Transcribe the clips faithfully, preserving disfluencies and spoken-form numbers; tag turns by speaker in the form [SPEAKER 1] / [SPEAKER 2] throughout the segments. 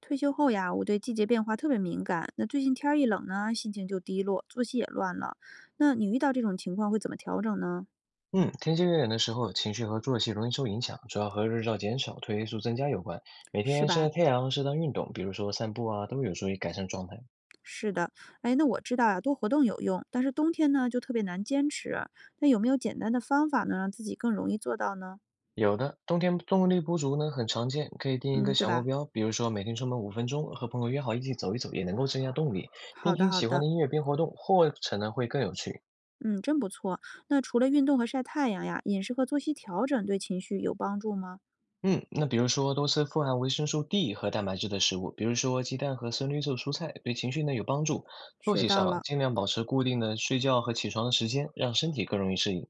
[SPEAKER 1] 退休后呀，我对季节变化特别敏感。那最近天儿一冷呢，心情就低落，作息也乱了。那你遇到这种情况会怎么调整呢？
[SPEAKER 2] 嗯，天气越冷的时候，情绪和作息容易受影响，主要和日照减少、褪黑素增加有关。每
[SPEAKER 1] 是
[SPEAKER 2] 天晒晒
[SPEAKER 1] 吧？
[SPEAKER 2] 太阳、适当运动，比如说散步啊，都有助于改善状态。
[SPEAKER 1] 是的。哎，那我知道呀，多活动有用，但是冬天呢就特别难坚持。那有没有简单的方法能让自己更容易做到呢？
[SPEAKER 2] 有的，冬天动力不足呢，很常见，可以定一
[SPEAKER 1] 嗯，
[SPEAKER 2] 个
[SPEAKER 1] 对
[SPEAKER 2] 小目
[SPEAKER 1] 吧？
[SPEAKER 2] 标，比如说每天出门五分钟，和朋友约好一起走一走，也能够增加动力。边
[SPEAKER 1] 好的，
[SPEAKER 2] 听
[SPEAKER 1] 好
[SPEAKER 2] 喜欢
[SPEAKER 1] 的。
[SPEAKER 2] 的音乐边活动，或者呢会更有趣。
[SPEAKER 1] 嗯，真不错。那除了运动和晒太阳呀，饮食和作息调整对情绪有帮助吗？
[SPEAKER 2] 嗯，那比如说多吃富含维生素 D 和蛋白质的食物，比如说鸡蛋和深绿色蔬菜，对情绪呢有帮助。作
[SPEAKER 1] 学
[SPEAKER 2] 息
[SPEAKER 1] 到
[SPEAKER 2] 上啊
[SPEAKER 1] 了。
[SPEAKER 2] 尽量保持固定的睡觉和起床的时间，让身体更容易适应。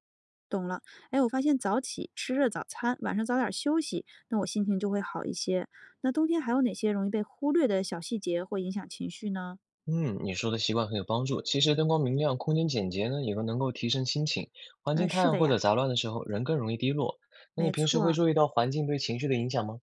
[SPEAKER 1] 懂了。哎，我发现早起吃热早餐，晚上早点休息，那我心情就会好一些。那冬天还有哪些容易被忽略的小细节会影响情绪呢？
[SPEAKER 2] 嗯，你说的习惯很有帮助。其实灯光明亮、空间简洁呢，也能够提升心情。环
[SPEAKER 1] 哎，
[SPEAKER 2] 境太
[SPEAKER 1] 是
[SPEAKER 2] 暗
[SPEAKER 1] 的
[SPEAKER 2] 或
[SPEAKER 1] 呀。
[SPEAKER 2] 者杂乱的时候，人更容易低落。那你
[SPEAKER 1] 没
[SPEAKER 2] 平
[SPEAKER 1] 错
[SPEAKER 2] 时会
[SPEAKER 1] 儿。
[SPEAKER 2] 注意到环境对情绪的影响吗？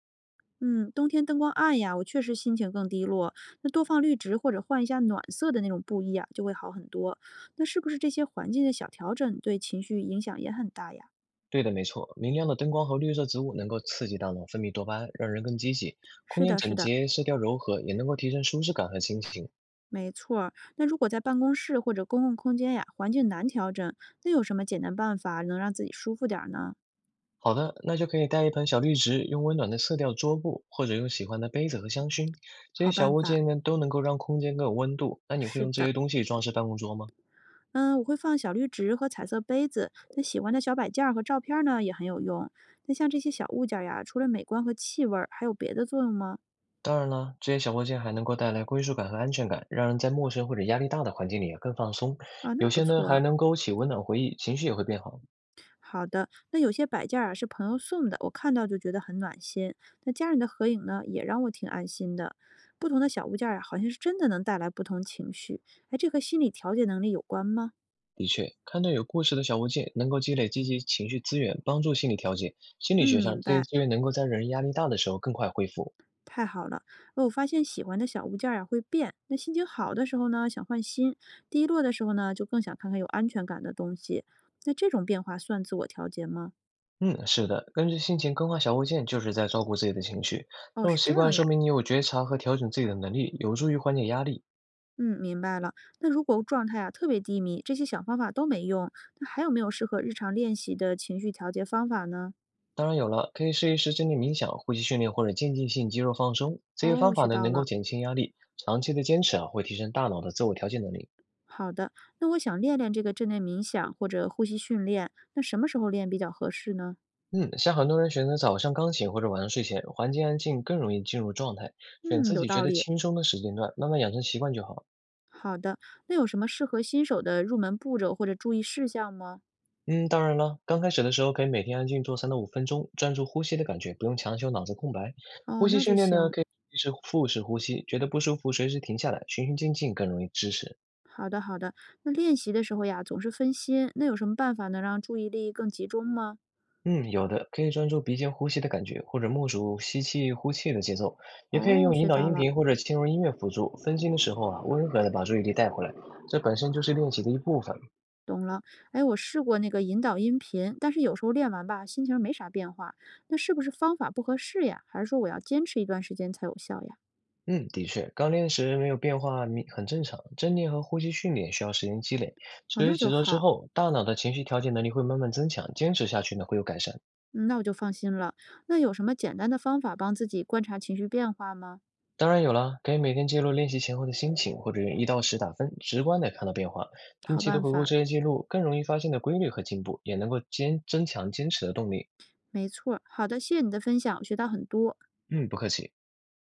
[SPEAKER 1] 嗯，冬天灯光暗呀，我确实心情更低落。那多放绿植或者换一下暖色的那种布艺啊，就会好很多。那是不是这些环境的小调整对情绪影响也很大呀？
[SPEAKER 2] 对的，没错，明亮的灯光和绿色植物能够刺激大脑分泌多巴胺，让人更积极。空
[SPEAKER 1] 是
[SPEAKER 2] 间
[SPEAKER 1] 的，是
[SPEAKER 2] 整
[SPEAKER 1] 的。
[SPEAKER 2] 洁、色调柔和，也能够提升舒适感和心情。
[SPEAKER 1] 没错儿。那如果在办公室或者公共空间呀，环境难调整，那有什么简单办法能让自己舒服点儿呢？
[SPEAKER 2] 好的，那就可以带一盆小绿植，用温暖的色调桌布，或者用喜欢的杯子和香薰。这些
[SPEAKER 1] 好
[SPEAKER 2] 小
[SPEAKER 1] 办
[SPEAKER 2] 物
[SPEAKER 1] 法。
[SPEAKER 2] 件呢，都能够让空间更有温度。那你会
[SPEAKER 1] 是
[SPEAKER 2] 用这
[SPEAKER 1] 的。
[SPEAKER 2] 些东西装饰办公桌吗？
[SPEAKER 1] 嗯，我会放小绿植和彩色杯子，那喜欢的小摆件儿和照片儿呢也很有用。那像这些小物件儿呀，除了美观和气味儿，还有别的作用吗？
[SPEAKER 2] 当然了，这些小物件还能够带来归属感和安全感，让人在陌生或者压力大的环境里啊更放松。
[SPEAKER 1] 啊，那
[SPEAKER 2] 有
[SPEAKER 1] 不
[SPEAKER 2] 些呢还
[SPEAKER 1] 错。
[SPEAKER 2] 能勾起温暖回忆，情绪也会变好。
[SPEAKER 1] 好的，那有些摆件儿啊是朋友送的，我看到就觉得很暖心。那家人的合影呢，也让我挺安心的。不同的小物件儿啊，好像是真的能带来不同情绪。哎，这和心理调节能力有关吗？
[SPEAKER 2] 的确，看到有故事的小物件，能够积累积极情绪资源，帮助心理调节。心
[SPEAKER 1] 嗯，
[SPEAKER 2] 理学上，
[SPEAKER 1] 明
[SPEAKER 2] 这些
[SPEAKER 1] 白。
[SPEAKER 2] 资源能够在人压力大的时候更快恢复。
[SPEAKER 1] 太好了。哦，我发现喜欢的小物件儿呀会变。那心情好的时候呢，想换新；低落的时候呢，就更想看看有安全感的东西。那这种变化算自我调节吗？
[SPEAKER 2] 嗯，是的，根据心情更换小物件，就是在照顾自己的情绪。
[SPEAKER 1] 哦，
[SPEAKER 2] 这种
[SPEAKER 1] 是这
[SPEAKER 2] 习惯
[SPEAKER 1] 样呀。
[SPEAKER 2] 说明你有觉察和调整自己的能力，有助于缓解压力。
[SPEAKER 1] 嗯，明白了。那如果状态啊特别低迷，这些小方法都没用，那还有没有适合日常练习的情绪调节方法呢？
[SPEAKER 2] 当然有了，可以试一试正念冥想、呼吸训练或者渐进性肌肉放松，这些
[SPEAKER 1] 哦，
[SPEAKER 2] 方法
[SPEAKER 1] 学
[SPEAKER 2] 呢
[SPEAKER 1] 到
[SPEAKER 2] 能
[SPEAKER 1] 了。
[SPEAKER 2] 够减轻压力。长期的坚持啊，会提升大脑的自我调节能力。
[SPEAKER 1] 好的，那我想练练这个正念冥想或者呼吸训练，那什么时候练比较合适呢？
[SPEAKER 2] 嗯，像很多人选择早上刚醒或者晚上睡前，环境安静更容易进入状态。选
[SPEAKER 1] 嗯，
[SPEAKER 2] 自
[SPEAKER 1] 有
[SPEAKER 2] 己觉
[SPEAKER 1] 道
[SPEAKER 2] 得
[SPEAKER 1] 理。
[SPEAKER 2] 轻松的时间段，慢慢养成习惯就好。
[SPEAKER 1] 好的，那有什么适合新手的入门步骤或者注意事项吗？
[SPEAKER 2] 嗯，当然了，刚开始的时候可以每天安静做三到五分钟，专注呼吸的感觉，不用强求脑子空白。呼
[SPEAKER 1] 哦，
[SPEAKER 2] 吸
[SPEAKER 1] 那就
[SPEAKER 2] 训练呢，
[SPEAKER 1] 行。
[SPEAKER 2] 可以是腹式呼吸，觉得不舒服随时停下来，循序渐进更容易支持。
[SPEAKER 1] 好的，好的。那练习的时候呀，总是分心，那有什么办法能让注意力更集中吗？
[SPEAKER 2] 嗯，有的可以专注鼻尖呼吸的感觉，或者默数吸气、呼气的节奏，也可以
[SPEAKER 1] 哦，
[SPEAKER 2] 用引
[SPEAKER 1] 学
[SPEAKER 2] 导
[SPEAKER 1] 到
[SPEAKER 2] 音
[SPEAKER 1] 了。
[SPEAKER 2] 频或者轻柔音乐辅助。分心的时候啊，温和的把注意力带回来，这本身就是练习的一部分。
[SPEAKER 1] 懂了。哎，我试过那个引导音频，但是有时候练完吧，心情没啥变化，那是不是方法不合适呀？还是说我要坚持一段时间才有效呀？
[SPEAKER 2] 嗯，的确，刚练时没有变化明很正常。正念和呼吸训练需要时间积累，
[SPEAKER 1] 哦，
[SPEAKER 2] 持续
[SPEAKER 1] 那就
[SPEAKER 2] 几周之
[SPEAKER 1] 好。
[SPEAKER 2] 后，大脑的情绪调节能力会慢慢增强，坚持下去呢会有改善。
[SPEAKER 1] 嗯那我就放心了。那有什么简单的方法帮自己观察情绪变化吗？
[SPEAKER 2] 当然有了，可以每天记录练习前后的心情，或者用一到十打分，直观的看到变化。定
[SPEAKER 1] 好
[SPEAKER 2] 期的
[SPEAKER 1] 办
[SPEAKER 2] 回顾
[SPEAKER 1] 法。
[SPEAKER 2] 这些记录，更容易发现的规律和进步，也能够坚增强坚持的动力。
[SPEAKER 1] 没错儿，好的，谢谢你的分享，我学到很多。
[SPEAKER 2] 嗯，不客气。